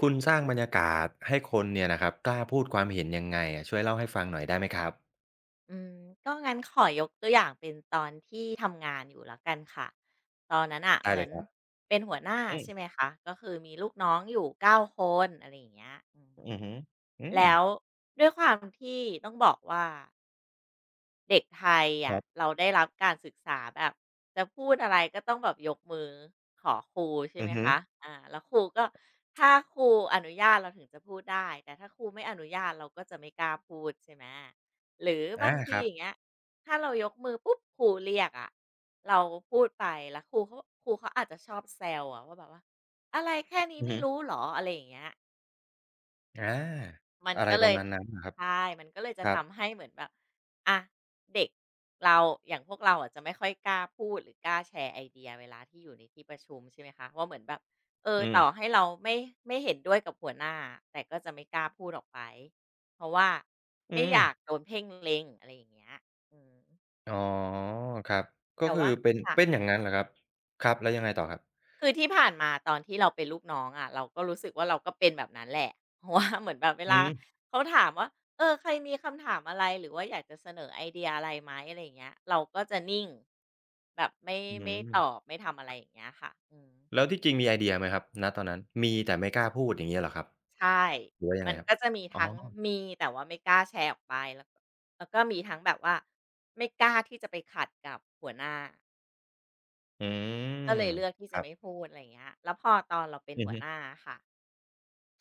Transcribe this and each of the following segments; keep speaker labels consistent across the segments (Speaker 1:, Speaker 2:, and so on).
Speaker 1: คุณสร้างบรรยากาศให้คนเนี่ยนะครับกล้าพูดความเห็นยังไงอะช่วยเล่าให้ฟังหน่อยได้ไหมครับ
Speaker 2: อืมก็งั้นขอยกตัวอย่างเป็นตอนที่ทำงานอยู่แล้วกันค่ะตอนนั้น
Speaker 1: ได้
Speaker 2: เหมื
Speaker 1: เล
Speaker 2: อน
Speaker 1: ยครับ
Speaker 2: เป็นหัวหน้า
Speaker 1: อื
Speaker 2: ใช่ไหม
Speaker 1: ม
Speaker 2: คะก็คือมีลูกน้องอยู่9คนอะไรอย่างเงี้ย
Speaker 1: อือฮึอืม
Speaker 2: แล้วด้วยความที่ต้องบอกว่า เด็กไทย
Speaker 1: ครับ
Speaker 2: เราได้รับการศึกษาแบบจะพูดอะไรก็ต้องแบบยกมือขอครูใช่
Speaker 1: อื
Speaker 2: ไหม
Speaker 1: อฮึ
Speaker 2: คะแล้วครูก็ถ้าครูอนุญาตเราถึงจะพูดได้แต่ถ้าครูไม่อนุญาตเราก็จะไม่กล้าพูดใช่ไหมหรือบา
Speaker 1: อา
Speaker 2: ง
Speaker 1: ค
Speaker 2: ที
Speaker 1: รับ
Speaker 2: อย่างเงี้ยถ้าเรายกมือปุ๊บครูเรียกอะเราพูดไปแล้วครูเขาอาจจะชอบแซวอะว่าแบบว่าอะไรแค่นี้
Speaker 1: อือ
Speaker 2: ไม่
Speaker 1: ฮึ
Speaker 2: รู้หรออะไรอย่างเงี้ย
Speaker 1: อา
Speaker 2: มัน
Speaker 1: อะไร
Speaker 2: ก็
Speaker 1: ป
Speaker 2: เล
Speaker 1: ระ
Speaker 2: ย
Speaker 1: มาณนั้นเหรอครับ
Speaker 2: ใช่มันก็เลย
Speaker 1: ค
Speaker 2: จะ
Speaker 1: รับ
Speaker 2: ทำให้เหมือนแบบอะเด็กเราอย่างพวกเราอะจะไม่ค่อยกล้าพูดหรือกล้าแชร์ไอเดียเวลาที่อยู่ในที่ประชุมใช่ไหมคะว่าเหมือนแบบเออ
Speaker 1: อืม
Speaker 2: ต่อให้เราไม่เห็นด้วยกับหัวหน้าแต่ก็จะไม่กล้าพูดออกไปเพราะว่าไม่
Speaker 1: อืม
Speaker 2: อยากโดนเพ่งเล็งอะไรอย่างเงี้ยอืม
Speaker 1: อ๋อครับก็
Speaker 2: แต่
Speaker 1: คือ
Speaker 2: ว่า
Speaker 1: เป็น
Speaker 2: ค่ะ
Speaker 1: เป็นอย่างงั้นเหรอครับครับแล้วยังไงต่อครับ
Speaker 2: คือที่ผ่านมาตอนที่เราเป็นลูกน้องอะะเราก็รู้สึกว่าเราก็เป็นแบบนั้นแหละ เพราะว่าเหมือนแบบเว
Speaker 1: อื
Speaker 2: ลา
Speaker 1: ม
Speaker 2: เขาถามว่าเออใครมีคำถามอะไรหรือว่าอยากจะเสนอไอเดียอะไรไหมอะไรอย่างเงี้ยเราก็จะนิ่งแบบไม่
Speaker 1: อื
Speaker 2: ไม่ตอบ
Speaker 1: ม
Speaker 2: ไม่ทำอะไรอย่างเงี้ยค่ะ
Speaker 1: แล้วที่จริงมีไอเดียไหมครับณตอนนั้นมีแต่ไม่กล้าพูดอย่างเงี้ยเหรอครับ
Speaker 2: ใช่
Speaker 1: หรือว่ายังไง
Speaker 2: มัน
Speaker 1: ครับ
Speaker 2: ก็จะมี
Speaker 1: อ๋อ
Speaker 2: ทั้งมีแต่ว่าไม่กล้าแชร์ออกไปแล้วก็มีทั้งแบบว่าไม่กล้าที่จะไปขัดกับหัวหน้า
Speaker 1: อื
Speaker 2: ก็เล
Speaker 1: ม
Speaker 2: ยเลือกที่
Speaker 1: ค
Speaker 2: จะ
Speaker 1: รับ
Speaker 2: ไม่พูดอะไรเงี้ยแล้วพอตอนเราเป็น
Speaker 1: อือ
Speaker 2: หัว
Speaker 1: ฮึ
Speaker 2: หน้าค่ะ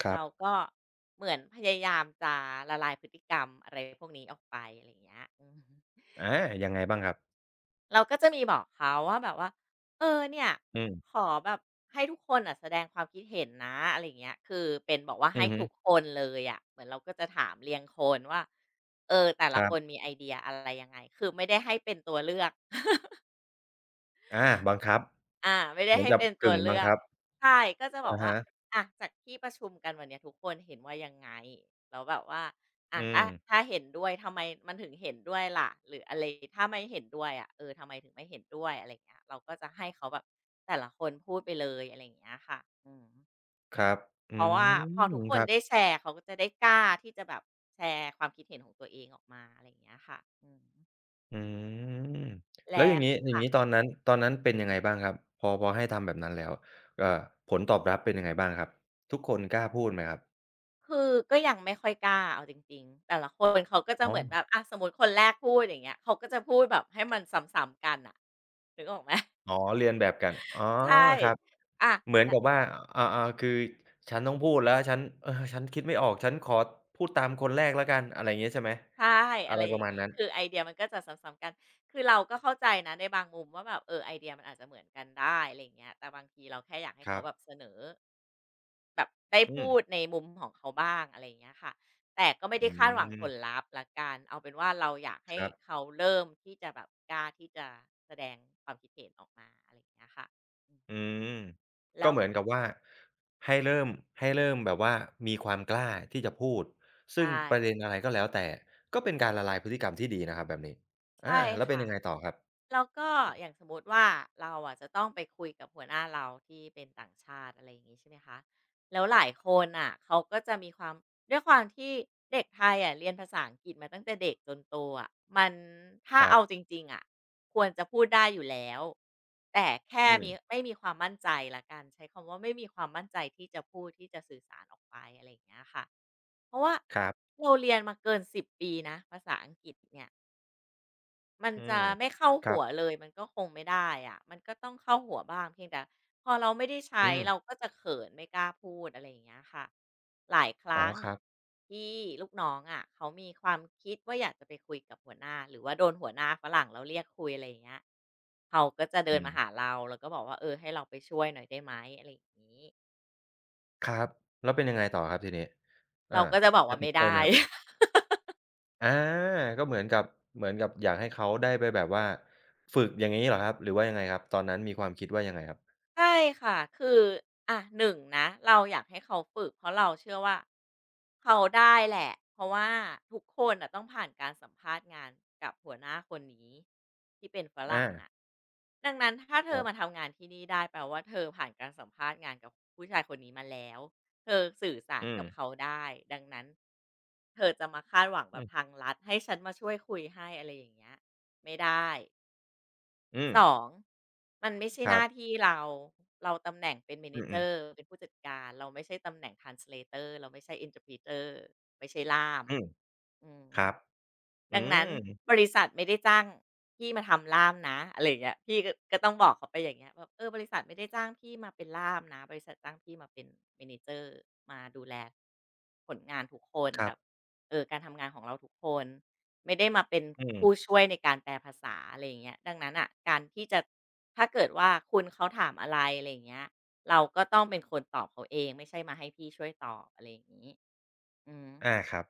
Speaker 1: ครั
Speaker 2: เรา
Speaker 1: บ
Speaker 2: ก็เหมือนพยายามจะละลายพฤติกรรมอะไรพวกนี้ออกไปอะไรอย่างเงี้ย
Speaker 1: อายังไงบ้างครับ
Speaker 2: เราก็จะมีบอกเขาว่าแบบว่าเออเนี่ย
Speaker 1: อื
Speaker 2: ข
Speaker 1: ม
Speaker 2: อแบบให้ทุกคนอะแสดงความคิดเห็นนะอะไรอย่างเงี้ยคือเป็นบอกว่า
Speaker 1: อื
Speaker 2: ให้
Speaker 1: อฮึ
Speaker 2: ทุกคนเลยอะเหมือนเราก็จะถามเรียงคนว่าเออแต่
Speaker 1: ค
Speaker 2: ละ
Speaker 1: รั
Speaker 2: คน
Speaker 1: บ
Speaker 2: มีไอเดียอะไรยังไงคือไม่ได้ให้เป็นตัวเลือก
Speaker 1: อาบังคับ
Speaker 2: ไม่
Speaker 1: เห
Speaker 2: ได้
Speaker 1: มือน
Speaker 2: ให้
Speaker 1: กับ
Speaker 2: เป็นตัว
Speaker 1: กึ่งบั
Speaker 2: เลื
Speaker 1: ง
Speaker 2: อก
Speaker 1: คับ
Speaker 2: ใช่ก็จะบอก
Speaker 1: อะ
Speaker 2: ว่า
Speaker 1: ฮะ
Speaker 2: จากที่ประชุมกันวันเนี้ยทุกคนเห็นว่ายังไงแล้วแบบว่าอะ
Speaker 1: อืม
Speaker 2: ถ้าเห็นด้วยทำไมมันถึงเห็นด้วยล่ะหรืออะไรถ้าไม่เห็นด้วยอะเออทำไมถึงไม่เห็นด้วยอะไรอย่างเงี้ยเราก็จะให้เขาแบบแต่ละคนพูดไปเลยอะไรอย่างเงี้ยค่ะอืม
Speaker 1: ครับอื
Speaker 2: เพราะว่าพอ
Speaker 1: ม
Speaker 2: ทุกค
Speaker 1: ค
Speaker 2: น
Speaker 1: รับ
Speaker 2: ได้แชร์เขาก็จะได้กล้าที่จะแบบแชร์ความคิดเห็นของตัวเองออกมาอะไรอย่างเงี้ยค่ะ
Speaker 1: อืมแล้ว
Speaker 2: และ
Speaker 1: อย่างงี้อย่าง
Speaker 2: ค่ะ
Speaker 1: งี้ตอนนั้นเป็นยังไงบ้างครับพอพอให้ทำแบบนั้นแล้วเอ่อผลตอบรับเป็นยังไงบ้างครับทุกคนกล้าพูดไหมครับ
Speaker 2: คือก็ยังไม่ค่อยกล้าเอาจริงๆแต่ละคนเขาก็จะ
Speaker 1: อ๋อ
Speaker 2: เหมือนแบบอะสมมุติคนแรกพูดอย่างเงี้ยเขาก็จะพูดแบบให้มันซ้ำๆกันอ่ะนึกออกไหม
Speaker 1: อ๋อเรียนแบบกันอ๋อ
Speaker 2: ใช่
Speaker 1: ครับ
Speaker 2: อะ
Speaker 1: เหมือน
Speaker 2: แต่
Speaker 1: กับว่าอาๆคือฉันต้องพูดแล้วฉันฉันคิดไม่ออกฉันขอพูดตามคนแรกแล้วกันอะไรอย่างงี้ใช่ไหม
Speaker 2: ใช่
Speaker 1: อะ
Speaker 2: อะ
Speaker 1: ไร
Speaker 2: ไร
Speaker 1: ป
Speaker 2: อ
Speaker 1: ระ
Speaker 2: ย่าง
Speaker 1: มาณ
Speaker 2: นี้
Speaker 1: นั้น
Speaker 2: คือไอเดียมันก็จะซ้ำๆกันคือเราก็เข้าใจนะในบางมุมว่าแบบเออไอเดียมันอาจจะเหมือนกันได้อะไรอย่างเงี้ยแต่บางทีเราแค่อยากให้
Speaker 1: ค
Speaker 2: เขา
Speaker 1: รับ
Speaker 2: แบบเสนอ แบบได้
Speaker 1: อืม
Speaker 2: พูดในมุมของเขาบ้างอะไรอย่างเงี้ยค่ะแต่ก็ไม่
Speaker 1: อื
Speaker 2: ได้คาดหวังผล
Speaker 1: ม
Speaker 2: ลัพธ์ละกันเอาเป็นว่าเราอยาก
Speaker 1: ค
Speaker 2: ให้
Speaker 1: รับ
Speaker 2: เขาเริ่มที่จะแบบกล้าที่จะแสดงความคิดเห็นออกมาอะไรอย่างเงี้ยค่ะอืม
Speaker 1: อืมก็
Speaker 2: แล้ว
Speaker 1: เหมือนกับว่าให้เริ่มให้เริ่มแบบว่ามีความกล้าที่จะพูดซึ่ง
Speaker 2: ใช่
Speaker 1: ประเด็นอะไรก็แล้วแต่ก็เป็นการละลายพฤติกรรมที่ดีนะครับแบบนี้อา
Speaker 2: ใช่
Speaker 1: แล้วเป็น
Speaker 2: ค่ะ
Speaker 1: ยังไงต่อครับ
Speaker 2: แล้วก็อย่างสมมติว่าเราอะจะต้องไปคุยกับหัวหน้าเราที่เป็นต่างชาติอะไรอย่างงี้ใช่ไหมคะแล้วหลายคนอ่ะเขาก็จะมีความด้วยความที่เด็กไทยอะเรียนภาษาอังกฤษมาตั้งแต่เด็กจนโตอะมันถ้า
Speaker 1: ครับ
Speaker 2: เอาจริงๆอะควรจะพูดได้อยู่แล้วแต่แค่
Speaker 1: อืม
Speaker 2: มีไม่มีความมั่นใจละกันใช้คำว่าไม่มีความมั่นใจที่จะพูดที่จะสื่อสารออกไปอะไรอย่างเงี้ยค่ะเพราะว่า
Speaker 1: ครับ
Speaker 2: เราเรียนมาเกิน10ปีนะภาษาอังกฤษเนี่ย มัน
Speaker 1: อื
Speaker 2: จะ
Speaker 1: ม
Speaker 2: ไม่เข้า
Speaker 1: ครั
Speaker 2: หัวเล
Speaker 1: บ
Speaker 2: ยมันก็คงไม่ได้อะ มันก็ต้องเข้าหัวบ้างเพียงแต่พอเราไม่ได้ใช้
Speaker 1: อืม
Speaker 2: เราก็จะเขินไม่กล้าพูดอะไรอย่างเงี้ยค่ะหลายค
Speaker 1: อ๋อ
Speaker 2: รั้ง
Speaker 1: ครับ
Speaker 2: ที่ลูกน้องอะเขามีความคิดว่าอยากจะไปคุยกับหัวหน้าหรือว่าโดนหัวหน้าฝรั่งเราเรียกคุยอะไรอย่างเงี้ยเขาก็จะเดิน
Speaker 1: อื
Speaker 2: มาหา
Speaker 1: ม
Speaker 2: เราแล้วก็บอกว่าเออให้เราไปช่วยหน่อยได้ไหมอะไรอย่างงี้
Speaker 1: ครับแล้วเป็นยังไงต่อครับทีนี้อา
Speaker 2: เราก็จะบอก
Speaker 1: ได้
Speaker 2: ว่า
Speaker 1: ไป
Speaker 2: ไม่
Speaker 1: ช่วยไห
Speaker 2: ได้
Speaker 1: มครับอาก็เหมือนกับอยากให้เขาได้ไปแบบว่าฝึกอย่างงี้เหรอครับหรือว่ายังไงครับตอนนั้นมีความคิดว่ายังไงครับ
Speaker 2: ใช่ค่ะคืออ่ะหนงนะเราอยากให้เขาฝึกเพราะเราเชื่อว่าเขาได้แหละเพราะว่าทุกคนอ่ะต้องผ่านการสัมภาษณ์งานกับหัวหน้าคนนี้ที่เป็นฝ
Speaker 1: อา
Speaker 2: รั่งอะดังนั้นถ้าเธ
Speaker 1: ค
Speaker 2: อ
Speaker 1: รับ
Speaker 2: มาทำงานที่นี่ได้แปลว่าเธอผ่านการสัมภาษณ์งานกับผู้ชายคนนี้มาแล้วเธอสื่อสาร
Speaker 1: อืม
Speaker 2: กับเขาได้ดังนั้นเธอจะมาคาดหวังแบ
Speaker 1: อือ
Speaker 2: บทางลัดให้ฉันมาช่วยคุยให้อะไรอย่างเงี้ยไม่ได้
Speaker 1: อืม
Speaker 2: สอง มันไม่ใช่
Speaker 1: ค
Speaker 2: ห
Speaker 1: รั
Speaker 2: น้า
Speaker 1: บ
Speaker 2: ที่เรา เราตำแหน่งเป็น
Speaker 1: อืม
Speaker 2: Manager
Speaker 1: ๆ
Speaker 2: เป็นผู้จัดการ เราไม่ใช่ตำแหน่ง translator เราไม่ใช่ interpreter ไม่ใช่ล่าม
Speaker 1: อืม
Speaker 2: อืม
Speaker 1: ครับอื
Speaker 2: ดังนั้
Speaker 1: ม
Speaker 2: นบริษัทไม่ได้จ้างพี่มาทำล่ามนะอะไรอย่างเงี้ยพี่ก็ต้องบอกเขาไปอย่างเงี้ยแบบเออบริษัทไม่ได้จ้างพี่มาเป็นล่ามนะบริษัทจ้างพี่มาเป็น m นเ a อร์มาดูแลผลงานทุกคน
Speaker 1: ครั
Speaker 2: แบ
Speaker 1: บ
Speaker 2: บเออการทำงานของเราทุกคนไม่ได้มาเป็น
Speaker 1: อื
Speaker 2: ผู้
Speaker 1: ม
Speaker 2: ช่วยในการแปลภาษาอะไรอย่างเงี้ยดังนั้นอ่ะการที่จะถ้าเกิดว่าคุณเขาถามอะไรอะไรอย่างเงี้ยเราก็ต้องเป็นคนตอบเขาเองไม่ใช่มาให้พี่ช่วยตอบอะไรอย่างงี้อืม
Speaker 1: อาครับ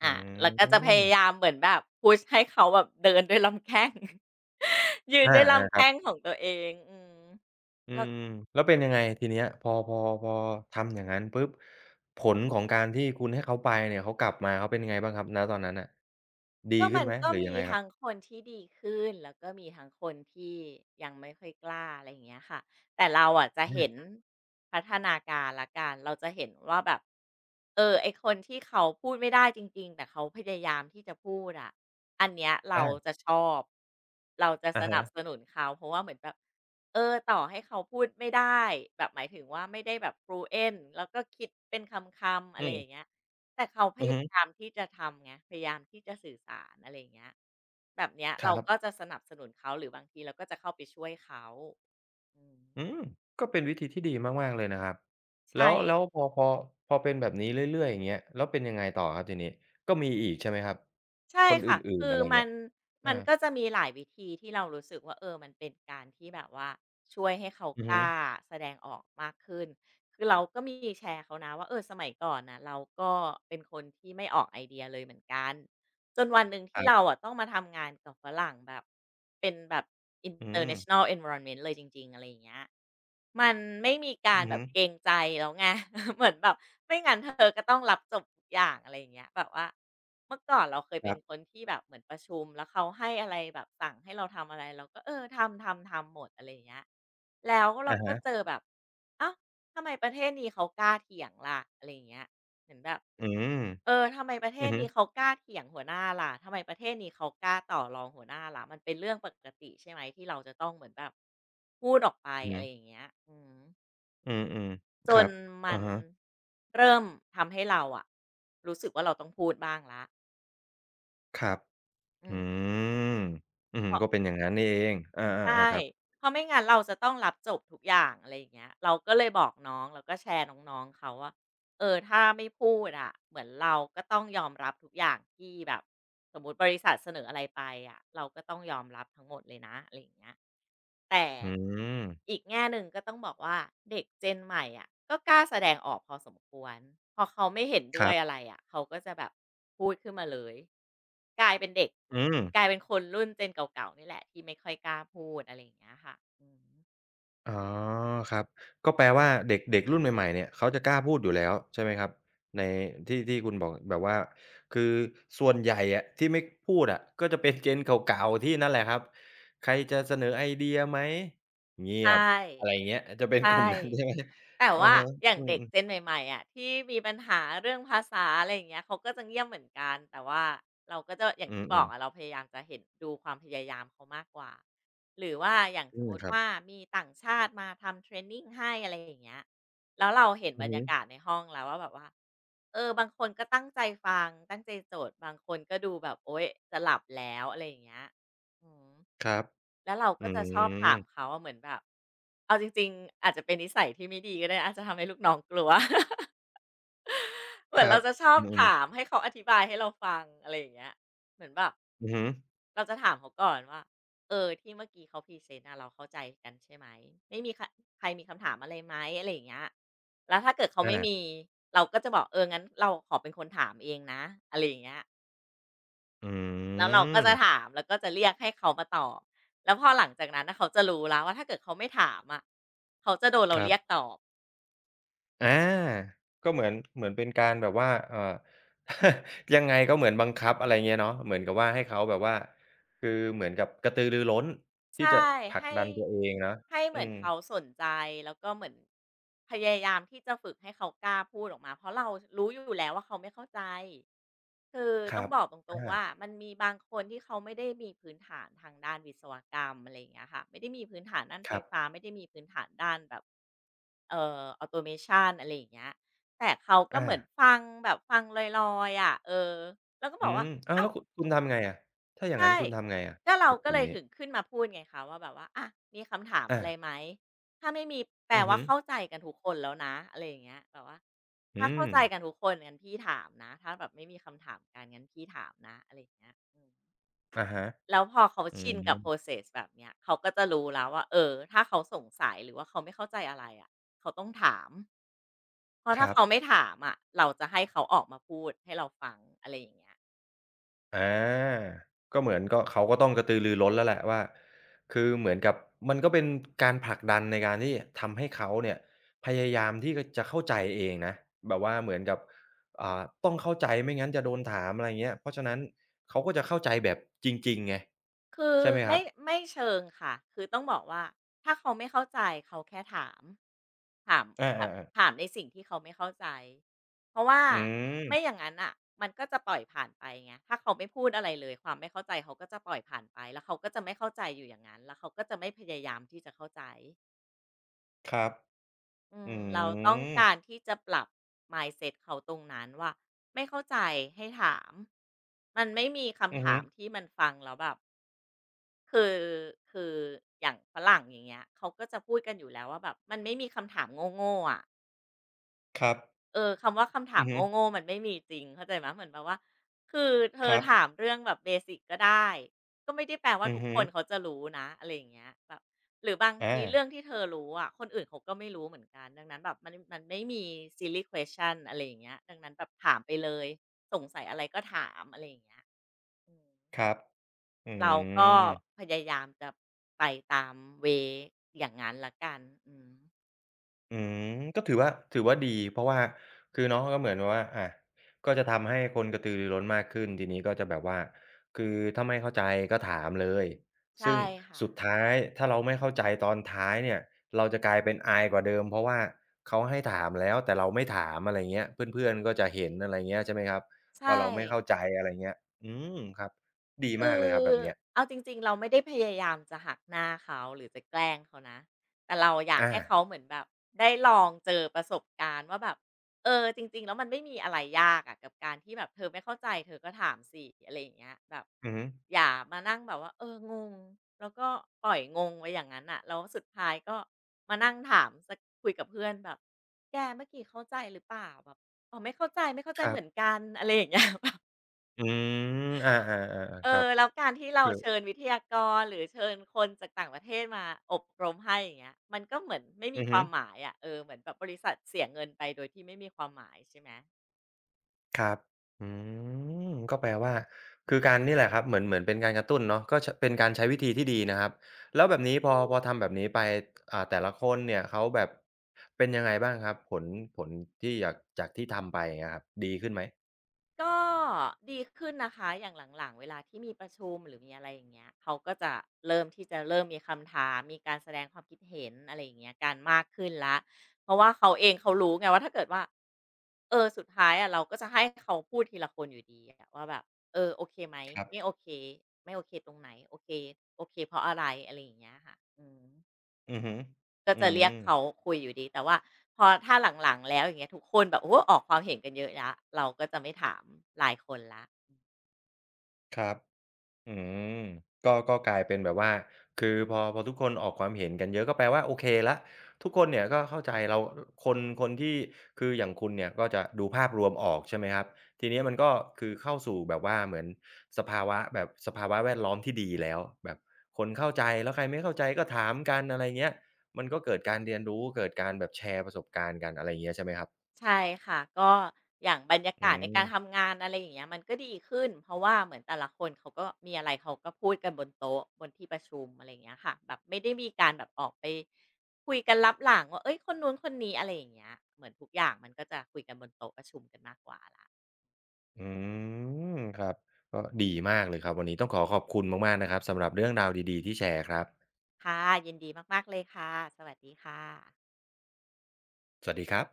Speaker 1: อื
Speaker 2: อ่าแล้วก็จะพยายา
Speaker 1: ม
Speaker 2: มเหมือนแบบพุชให้เขาแบบเดินด้วยลำแข้ง ยืน
Speaker 1: อา
Speaker 2: ด้วยลำ
Speaker 1: ๆครั
Speaker 2: แข้ง
Speaker 1: บ
Speaker 2: ของตัวเองอืม
Speaker 1: อื
Speaker 2: แล้ว
Speaker 1: มแล้วเป็นยังไงทีเนี้ยพอพอพอทำอย่างงั้นปุ๊บผลของการที่คุณให้เขาไปเนี่ยเขากลับมาเขาเป็นยังไงบ้างครับณตอนนั้นน่ะดี
Speaker 2: ก็
Speaker 1: ขึ้
Speaker 2: มั
Speaker 1: น
Speaker 2: น
Speaker 1: ไหม
Speaker 2: ก็
Speaker 1: หรือยั
Speaker 2: มี
Speaker 1: งไงครั
Speaker 2: ทั้ง
Speaker 1: บ
Speaker 2: คนที่ดีขึ้นแล้วก็มีทั้งคนที่ยังไม่ค่อยกล้าอะไรอย่างเงี้ยค่ะแต่เราอะจะ
Speaker 1: อ
Speaker 2: เห็น
Speaker 1: า
Speaker 2: พัฒนาการละกันเราจะเห็นว่าแบบเออไอ้คนที่เขาพูดไม่ได้จริงๆแต่เขาพยายามที่จะพูดอะอันเนี้ยเรา
Speaker 1: อา
Speaker 2: จะชอบเราจะส
Speaker 1: อะ
Speaker 2: นับ
Speaker 1: ฮะ
Speaker 2: สนุนเขาเพราะว่าเหมือนแบบเออต่อให้เขาพูดไม่ได้แบบหมายถึงว่าไม่ได้แบบ fluent แล้วก็คิดเป็นคำๆ
Speaker 1: อื
Speaker 2: อะไรอย่าง
Speaker 1: ม
Speaker 2: เงี้ย แต่เขาพ
Speaker 1: อือ
Speaker 2: ยา
Speaker 1: ฮึ
Speaker 2: ยามที่จะทำไงพยายามที่จะสื่อสารอะไรอย่างเงี้ยแบบเนี้ย
Speaker 1: ค
Speaker 2: เรา
Speaker 1: รับ
Speaker 2: ก็จะสนับสนุนเขาหรือบางทีเราก็จะเข้าไปช่วยเขาอืม
Speaker 1: อืมก็เป็นวิธีที่ดีมากๆเลยนะครับแล้
Speaker 2: ใช่
Speaker 1: วแล้วพอพอพอเป็นแบบนี้เรื่อยๆอย่างเงี้ยแล้วเป็นยังไงต่อครับทีนี้ก็มีอีกใช่ไหมครับค
Speaker 2: ใช่
Speaker 1: นอ
Speaker 2: ค่ะ
Speaker 1: ื่นๆ
Speaker 2: คื
Speaker 1: อะ
Speaker 2: อ
Speaker 1: ไร
Speaker 2: มั
Speaker 1: เงี้ย
Speaker 2: น
Speaker 1: อา
Speaker 2: มันก็จะมีหลายวิธีที่เรารู้สึกว่าเออมันเป็นการที่แบบว่าช่วยให้เขา
Speaker 1: อือ
Speaker 2: ก
Speaker 1: ฮึ
Speaker 2: ล้าแสดงออกมากขึ้นคือเราก็มีแชร์เขานะว่าเออสมัยก่อนน่ะเราก็เป็นคนที่ไม่ออกไอเดียเลยเหมือนกัน จนวันหนึ่ง
Speaker 1: ค
Speaker 2: ที่เรา
Speaker 1: รับ
Speaker 2: อะต้องมาทำงานกับฝรั่งแบบเป็นแบบ
Speaker 1: อืม
Speaker 2: international environment เลยจริงๆอะไรอย่างเงี้ยมันไม่มีการ
Speaker 1: อือ
Speaker 2: แบ
Speaker 1: ฮึ
Speaker 2: บเกรงใจแล้วไง เหมือนแบบไม่งั้นเธอก็ต้องรับจบทุกอย่างอะไรอย่างเงี้ยแบบว่าเมื่อก่อนเราเคย
Speaker 1: ค
Speaker 2: เป็
Speaker 1: รั
Speaker 2: นค
Speaker 1: บ
Speaker 2: นที่แบบเหมือนประชุมแล้วเขาให้อะไรแบบสั่งให้เราทำอะไรเราก็เออทำทำทำหมดอะไรอย่างเงี้ยแล้วเรา
Speaker 1: อะ
Speaker 2: ก็เจ
Speaker 1: ฮะ
Speaker 2: อแบบเอ้าวทำไมประเทศนี้เขากล้าเถียงล่ะอะไรอย่างเงี้ย เหมือนแบบ
Speaker 1: อืม
Speaker 2: เออทำไมประเท
Speaker 1: อื
Speaker 2: ศ
Speaker 1: อฮึ
Speaker 2: นี้เขากล้าเถียงหัวหน้าล่ะทำไมประเทศนี้เขากล้าต่อรองหัวหน้าล่ะมันเป็นเรื่องปกติใช่ไหมที่เราจะต้องเหมือนแบบพูดออกไป
Speaker 1: อือ
Speaker 2: อะ
Speaker 1: ฮึ
Speaker 2: ไรอย่างเงี้ยอืม
Speaker 1: อืม
Speaker 2: จ
Speaker 1: ๆครั
Speaker 2: น
Speaker 1: บ
Speaker 2: มั
Speaker 1: อะ
Speaker 2: น
Speaker 1: ฮะ
Speaker 2: เริ่มทำให้เราอะรู้สึกว่าเราต้องพูดบ้างแล้ว
Speaker 1: ครับ
Speaker 2: อื
Speaker 1: อื
Speaker 2: ม
Speaker 1: มอืม
Speaker 2: เพราะ
Speaker 1: ก็เป็นอย่างงั้นนี่เองอาๆ
Speaker 2: ใช่
Speaker 1: ๆครับ
Speaker 2: เพราะไม่งั้นเราจะต้องรับจบทุกอย่างอะไรอย่างเงี้ยเราก็เลยบอกน้องแล้วก็แชร์น้องๆเขาว่า เออถ้าไม่พูดอะเหมือนเราก็ต้องยอมรับทุกอย่างที่แบบสมมติบริษัทเสนออะไรไปอะเราก็ต้องยอมรับทั้งหมดเลยนะอะไรอย่างเงี้ยแต่
Speaker 1: อืม
Speaker 2: อีกแง่หนึ่งก็ต้องบอกว่าเด็ก g e นใหม่อะก็กล้าแสดงออกพอสมควรพอเขาไม่เห็น
Speaker 1: ค
Speaker 2: ด้ว
Speaker 1: รั
Speaker 2: ย
Speaker 1: บ
Speaker 2: อะไรอะเขาก็จะแบบพูดขึ้นมาเลยกลายเป็นเด็ก
Speaker 1: อืม
Speaker 2: กลายเป็นคนรุ่นเ e n เก่าๆนี่แหละที่ไม่ค่อยกล้าพูดอะไรอย่างเงี้ยค่ะอืม
Speaker 1: อ๋อครับก็แปลว่าเด็กเด็กรุ่นใหม่ๆเนี่ยเขาจะกล้าพูดอยู่แล้วใช่ไหมครับในที่ที่คุณบอกแบบว่าคือส่วนใหญ่อะที่ไม่พูดอะก็จะเป็นเจนเก่าๆที่นั่นแหละครับใครจะเสนอไอเดียไหมเงีย
Speaker 2: ใช่
Speaker 1: บอะไรอย่างเงี้ยจะเป็น
Speaker 2: ใช
Speaker 1: กลุ่มนั้นใช่
Speaker 2: ่
Speaker 1: ไหม
Speaker 2: แต่
Speaker 1: อะ
Speaker 2: ว่า
Speaker 1: ฮะ
Speaker 2: อย่าง
Speaker 1: อืม
Speaker 2: เด็กเ e น
Speaker 1: ๆ
Speaker 2: ใหม่ๆอะที่มีปัญหาเรื่องภาษาอะไรอย่างเงี้ยเขาก็จะเงียบเหมือนกันแต่ว่าเราก็จะอย่าง
Speaker 1: อื
Speaker 2: ที่บอก
Speaker 1: ม
Speaker 2: อะเรา
Speaker 1: ๆ
Speaker 2: พยายามจะเห็นดูความพยายามเขามากกว่าหรือว่าอย่างส
Speaker 1: อื
Speaker 2: ม
Speaker 1: ม
Speaker 2: มุ
Speaker 1: ค
Speaker 2: ติ
Speaker 1: รับ
Speaker 2: ว่ามีต่างชาติมาทำเทรนนิงให้อะไรอย่างเงี้ยแล้วเราเห็น
Speaker 1: อื
Speaker 2: บร
Speaker 1: อ
Speaker 2: ร
Speaker 1: ฮึ
Speaker 2: ยากาศในห้องแล้วว่าแบบว่าเออบางคนก็ตั้งใจฟังตั้งใจโจทย์บางคนก็ดูแบบโอ๊ยจะหลับแล้วอะไรอย่างเงี้ยอือฮึ
Speaker 1: ครับ
Speaker 2: แล้วเรา
Speaker 1: อื
Speaker 2: ก็จะชอบถาม
Speaker 1: ม
Speaker 2: เขาอะเหมือนแบบเอาจริงๆอาจจะเป็นนิสัยที่ไม่ดีก็ได้อาจจะทำให้ลูกน้องกลัว เห
Speaker 1: ค
Speaker 2: มือน
Speaker 1: รั
Speaker 2: เรา
Speaker 1: บ
Speaker 2: จะชอ
Speaker 1: อื
Speaker 2: บ
Speaker 1: ม
Speaker 2: ถาม
Speaker 1: ๆ
Speaker 2: ให้เขาอธิบายให้เราฟังอะไรอย่างเงี้ยเหมือนแบบ
Speaker 1: อือฮึ
Speaker 2: เราจะถามเขาก่อนว่าเออที่เมื่อกี้เขาพรีเซนต์อะเราเข้าใจกันใช่ไหมไม่มีใครใครมีคำถามอะไรไหมอะไรอย่างเงี้ยแล้วถ้าเกิดเขาไม่
Speaker 1: อา
Speaker 2: มีเราก็จะบอกเอองั้นเราขอเป็นคนถามเองนะอะไรอย่างเงี้ย
Speaker 1: อื
Speaker 2: แล้วเราก็จะ
Speaker 1: ม
Speaker 2: ถามแล้วก็จะเรียกให้เขามาตอบแล้วพอหลังจากนั้นน่ะเขาจะรู้แล้วว่าถ้าเกิดเขาไม่ถามอะเขาจะโดน
Speaker 1: ค
Speaker 2: เรา
Speaker 1: รั
Speaker 2: เรี
Speaker 1: บ
Speaker 2: ยกตอบ
Speaker 1: อาก็เหมือนเป็นการแบบว่า ยังไงก็เหมือนบังคับอะไรเงี้ยเนาะเหมือนกับว่าให้เขาแบบว่าคือเหมือนกับกระตือรือร้นที่
Speaker 2: ใช่
Speaker 1: จะผลัก
Speaker 2: ให้
Speaker 1: ดันตัวเองเนาะ
Speaker 2: ให้เห
Speaker 1: อื
Speaker 2: มือน
Speaker 1: ม
Speaker 2: เขาสนใจแล้วก็เหมือนพยายามที่จะฝึกให้เขากล้าพูดออกมาเพราะเรารู้อยู่แล้วว่าเขาไม่เข้าใจ คือ
Speaker 1: ค
Speaker 2: ต้อ
Speaker 1: รั
Speaker 2: ง
Speaker 1: บ
Speaker 2: บอกตรง
Speaker 1: อา
Speaker 2: ๆว่ามันมีบางคนที่เขาไม่ได้มีพื้นฐานทางด้านวิศวกรรมอะไรอย่างเงี้ยค่ะไม่ได้มีพื้นฐานด้าน
Speaker 1: ค
Speaker 2: ไฟ
Speaker 1: รับ
Speaker 2: ฟ้าไม่ได้มีพื้นฐานด้านแบบautomation อโตเมชันอะไรอย่างเงี้ยแต่เขาก็
Speaker 1: อา
Speaker 2: เหมือนฟังแบบฟังลอยๆอะเออแล้วก็บ
Speaker 1: อื
Speaker 2: อกว่า
Speaker 1: มอ้าว
Speaker 2: อ้า
Speaker 1: แล้วคุณทำไงอะถ้าอย่างงั้
Speaker 2: ใช่
Speaker 1: นคุณทำไงอะ
Speaker 2: ก็เรา
Speaker 1: กับ
Speaker 2: ก็
Speaker 1: กลุ่
Speaker 2: เล
Speaker 1: ม
Speaker 2: ย
Speaker 1: นี้
Speaker 2: ถึงขึ้นมาพูดไงคะว่าแบบว่าอะมีคำถาม
Speaker 1: อา
Speaker 2: อะไรไหมถ้าไม่มีแปล
Speaker 1: อือ
Speaker 2: ว่า
Speaker 1: ฮึ
Speaker 2: เข้าใจกันทุกคนแล้วนะอะไรอย่างเงี้ยแบบว่าถ้า
Speaker 1: อื
Speaker 2: เข้า
Speaker 1: ม
Speaker 2: ใจกันทุกคนงั้นพี่ถามนะถ้าแบบไม่มีคำถามกันงั้นพี่ถามนะอะไรอย่างเงี้ยอืม
Speaker 1: อะฮะ
Speaker 2: แล้วพอเขา
Speaker 1: อื
Speaker 2: ชินกับ
Speaker 1: ม
Speaker 2: process แบบเนี้ยเขาก็จะรู้แล้วว่าเออถ้าเขาสงสัยหรือว่าเขาไม่เข้าใจอะไรอะเขาต้องถามเพราะ
Speaker 1: ค
Speaker 2: ถ้า
Speaker 1: รับ
Speaker 2: เขาไม่ถามอะเราจะให้เขาออกมาพูดให้เราฟังอะไรอย่างเงี้ย
Speaker 1: อาก็เหมือนก็เขาก็ต้องกระตือรือร้นแล้วแหละว่าคือเหมือนกับมันก็เป็นการผลักดันในการที่ทำให้เขาเนี่ยพยายามที่จะเข้าใจเองนะแบบว่าเหมือนกับอ่าต้องเข้าใจไม่งั้นจะโดนถามอะไรเงี้ยเพราะฉะนั้นเขาก็จะเข้าใจแบบจริงๆไง
Speaker 2: คือ
Speaker 1: ใช่ไหมครั
Speaker 2: ไม่
Speaker 1: บ
Speaker 2: ไม่เชิงค่ะคือต้องบอกว่าถ้าเขาไม่เข้าใจเขาแค่ถามถาม
Speaker 1: อา
Speaker 2: แบบ
Speaker 1: ๆๆ
Speaker 2: ถามในสิ่งที่เขาไม่เข้าใจเพราะว่า
Speaker 1: อื
Speaker 2: ไม่
Speaker 1: ม
Speaker 2: อย่างนั้นอ่ะมันก็จะปล่อยผ่านไปไงถ้าเขาไม่พูดอะไรเลยความไม่เข้าใจเขาก็จะปล่อยผ่านไปแล้วเขาก็จะไม่เข้าใจอยู่อย่างนั้นแล้วเขาก็จะไม่พยายามที่จะเข้าใจ
Speaker 1: ครับ
Speaker 2: อื
Speaker 1: อื
Speaker 2: มเราต้อง
Speaker 1: ม
Speaker 2: การที่จะปรับ mindset เขาตรงนั้นว่าไม่เข้าใจให้ถามมันไม่มี
Speaker 1: อื
Speaker 2: คำ
Speaker 1: อ
Speaker 2: ถา
Speaker 1: ฮึ
Speaker 2: มที่มันฟังแล้วแบบคือคืออย่างฝรั่งอย่างเงี้ยเขาก็จะพูดกันอยู่แล้วว่าแบบมันไม่มีคำถามโง่ๆอ่ะ
Speaker 1: ครับ
Speaker 2: เออคำว่าคำถา
Speaker 1: อื
Speaker 2: ม
Speaker 1: อฮึ
Speaker 2: โง่ๆมันไม่มีจริงเข้าใจไหมเหมือนแบบว่าคือเธ
Speaker 1: ค
Speaker 2: อ
Speaker 1: รับ
Speaker 2: ถามเรื่องแบบเบสิกก็ได้ก็ไม่ได้แปลว่า
Speaker 1: อือ
Speaker 2: ทุก
Speaker 1: ฮึ
Speaker 2: คนเขาจะรู้นะอะไรอย่างเงี้ยแบบหรือบางทีเรื่
Speaker 1: อา
Speaker 2: องที่เธอรู้อะคนอื่นเขาก็ไม่รู้เหมือนกันดังนั้นแบบมันไม่มี silly question อะไรอย่างเงี้ยดังนั้นแบบถามไปเลยสงสัยอะไรก็ถามอะไรอย่างเงี้ยอืม
Speaker 1: ครับอื
Speaker 2: เราก็
Speaker 1: ม
Speaker 2: พยายามจะไปตามเวยอย่างนั้นละกันอืม
Speaker 1: อืมก็ถือว่าดีเพราะว่าคือเนาะก็เหมือนแบบว่าอะก็จะทำให้คนกระตือรือร้นมากขึ้นทีนี้ก็จะแบบว่าคือถ้าไม่เข้าใจก็ถามเลยซึ่
Speaker 2: ใช่
Speaker 1: ง
Speaker 2: ค่ะ
Speaker 1: สุดท้ายถ้าเราไม่เข้าใจตอนท้ายเนี่ยเราจะกลายเป็นอายกว่าเดิมเพราะว่าเขาให้ถามแล้วแต่เราไม่ถามอะไรเงี้ยเพื่อนๆก็จะเห็นอะไรเงี้ยใช่ไหมครับว่า
Speaker 2: ใช่
Speaker 1: เราไม่เข้าใจอะไรเงี้ยอืมครับดี
Speaker 2: คื
Speaker 1: มาก
Speaker 2: อ
Speaker 1: เลยครับแบบเนี้ย
Speaker 2: เอาจริงๆเราไม่ได้พยายามจะหักหน้าเขาหรือจะแกล้งเขานะแต่เราอยาก
Speaker 1: อา
Speaker 2: ให้เขาเหมือนแบบได้ลองเจอประสบการณ์ว่าแบบเออจริงๆแล้วมันไม่มีอะไรยากอะกับการที่แบบเธอไม่เข้าใจเธอก็ถามสิอะไรอย่างเงี้ยแบบ
Speaker 1: อือฮึ
Speaker 2: อย่ามานั่งแบบว่าเอองงแล้วก็ปล่อยงงไว้อย่างนั้นน่ะแล้วสุดท้ายก็มานั่งถามสคุยกับเพื่อนแบบแกเมื่อกี้เข้าใจหรือเปล่าแบบอ๋อไม่เข้าใจไม่เข้าใจ
Speaker 1: ครั
Speaker 2: เหมือน
Speaker 1: บ
Speaker 2: กันอะไรอย่างเงี้ย
Speaker 1: อืมอาๆๆ
Speaker 2: เอ
Speaker 1: ๆครั
Speaker 2: อ
Speaker 1: บ
Speaker 2: แล้วการที่เรา
Speaker 1: คือ
Speaker 2: เชิญวิทยากรหรือเชิญคนจากต่างประเทศมาอบรมให้อย่างเงี้ยมันก็เหมือนไม่มี
Speaker 1: อือ
Speaker 2: ค
Speaker 1: ฮึ
Speaker 2: วามหมายอะเออเหมือนแบบบริษัทเสียเงินไปโดยที่ไม่มีความหมายใช่ไหม
Speaker 1: ครับอืมก็แปลว่าคือการนี่แหละครับเหมือนเป็นการกระตุ้นเนาะก็ชเป็นการใช้วิธีที่ดีนะครับ แล้วแบบนี้พอพอทำแบบนี้ไป อ่าแต่ละคนเนี่ย เขาแบบเป็นยังไงบ้างครับ ผลที่อยากจากที่ทำไปอย่างเงี้ยครับ ดีขึ้นไหม
Speaker 2: ก็ดีขึ้นนะคะอย่างหลังๆเวลาที่มีประชุมหรือมีอะไรอย่างเงี้ยเขาก็จะเริ่มที่จะเริ่มมีคำถามมีการแสดงความคิดเห็นอะไรอย่างเงี้ยการมากขึ้นละเพราะว่าเขาเองเขารู้ไงว่าถ้าเกิดว่าเออสุดท้ายอะเราก็จะให้เขาพูดทีละคนอยู่ดีอะว่าแบบเออโอเคไหม
Speaker 1: ครับ
Speaker 2: ไม่โอเคไม่โอเคตรงไหนโอเคโอเคเพราะอะไรอะไรอย่างเงี้ยค่ะอืม
Speaker 1: อือฮึ
Speaker 2: ก็
Speaker 1: อื
Speaker 2: จะเรีย
Speaker 1: ม
Speaker 2: กเขาคุยอยู่ดีแต่ว่าพอถ้าหลังๆแล้วอย่างเงี้ยทุกคนแบบโอ้โฮออกความเห็นกันเยอะแล้วเราก็จะไม่ถามรายคนแล้ว
Speaker 1: ครับ อืมก็กลายเป็นแบบว่าคือพอพอทุกคนออกความเห็นกันเยอะก็แปลว่าโอเคแล้วทุกคนเนี่ยก็เข้าใจเราคนคนที่คืออย่างคุณเนี่ยก็จะดูภาพรวมออกใช่ไหมครับทีเนี้ยมันก็คือเข้าสู่แบบว่าเหมือนสภาวะแบบสภาวะแวดล้อมที่ดีแล้วแบบคนเข้าใจแล้วใครไม่เข้าใจก็ถามกันอะไรเงี้ยมันก็เกิดการเรียนรู้เกิดการแบบแชร์ประสบการณ์กันอะไรเงี้ยใช่ไหมครับ
Speaker 2: ใช่ค่ะก็อย่างบรรยา
Speaker 1: อื
Speaker 2: กาศในการ
Speaker 1: ม
Speaker 2: ทำงานอะไรอย่างเงี้ยมันก็ดีขึ้นเพราะว่าเหมือนแต่ละคนเขาก็มีอะไรเขาก็พูดกันบนโต๊ะบนที่ประชุมอะไรอย่างเงี้ยค่ะแบบไม่ได้มีการแบบออกไปคุยกันลับหลังว่าเฮ้ยคนนู้นคนนี้อะไรอย่างเงี้ยเหมือนทุกอย่างมันก็จะคุยกันบนโต๊ะประชุมกันมากกว่าแล้ว
Speaker 1: อืมครับก็ดีมากเลยครับวันนี้ต้องขอขอบคุณมากๆนะครับสำหรับเรื่องราวดีๆที่แชร์ครับ
Speaker 2: ค่ะยินดีมากๆเลยค่ะสวัสดีค่ะ
Speaker 1: สวัสดีครับ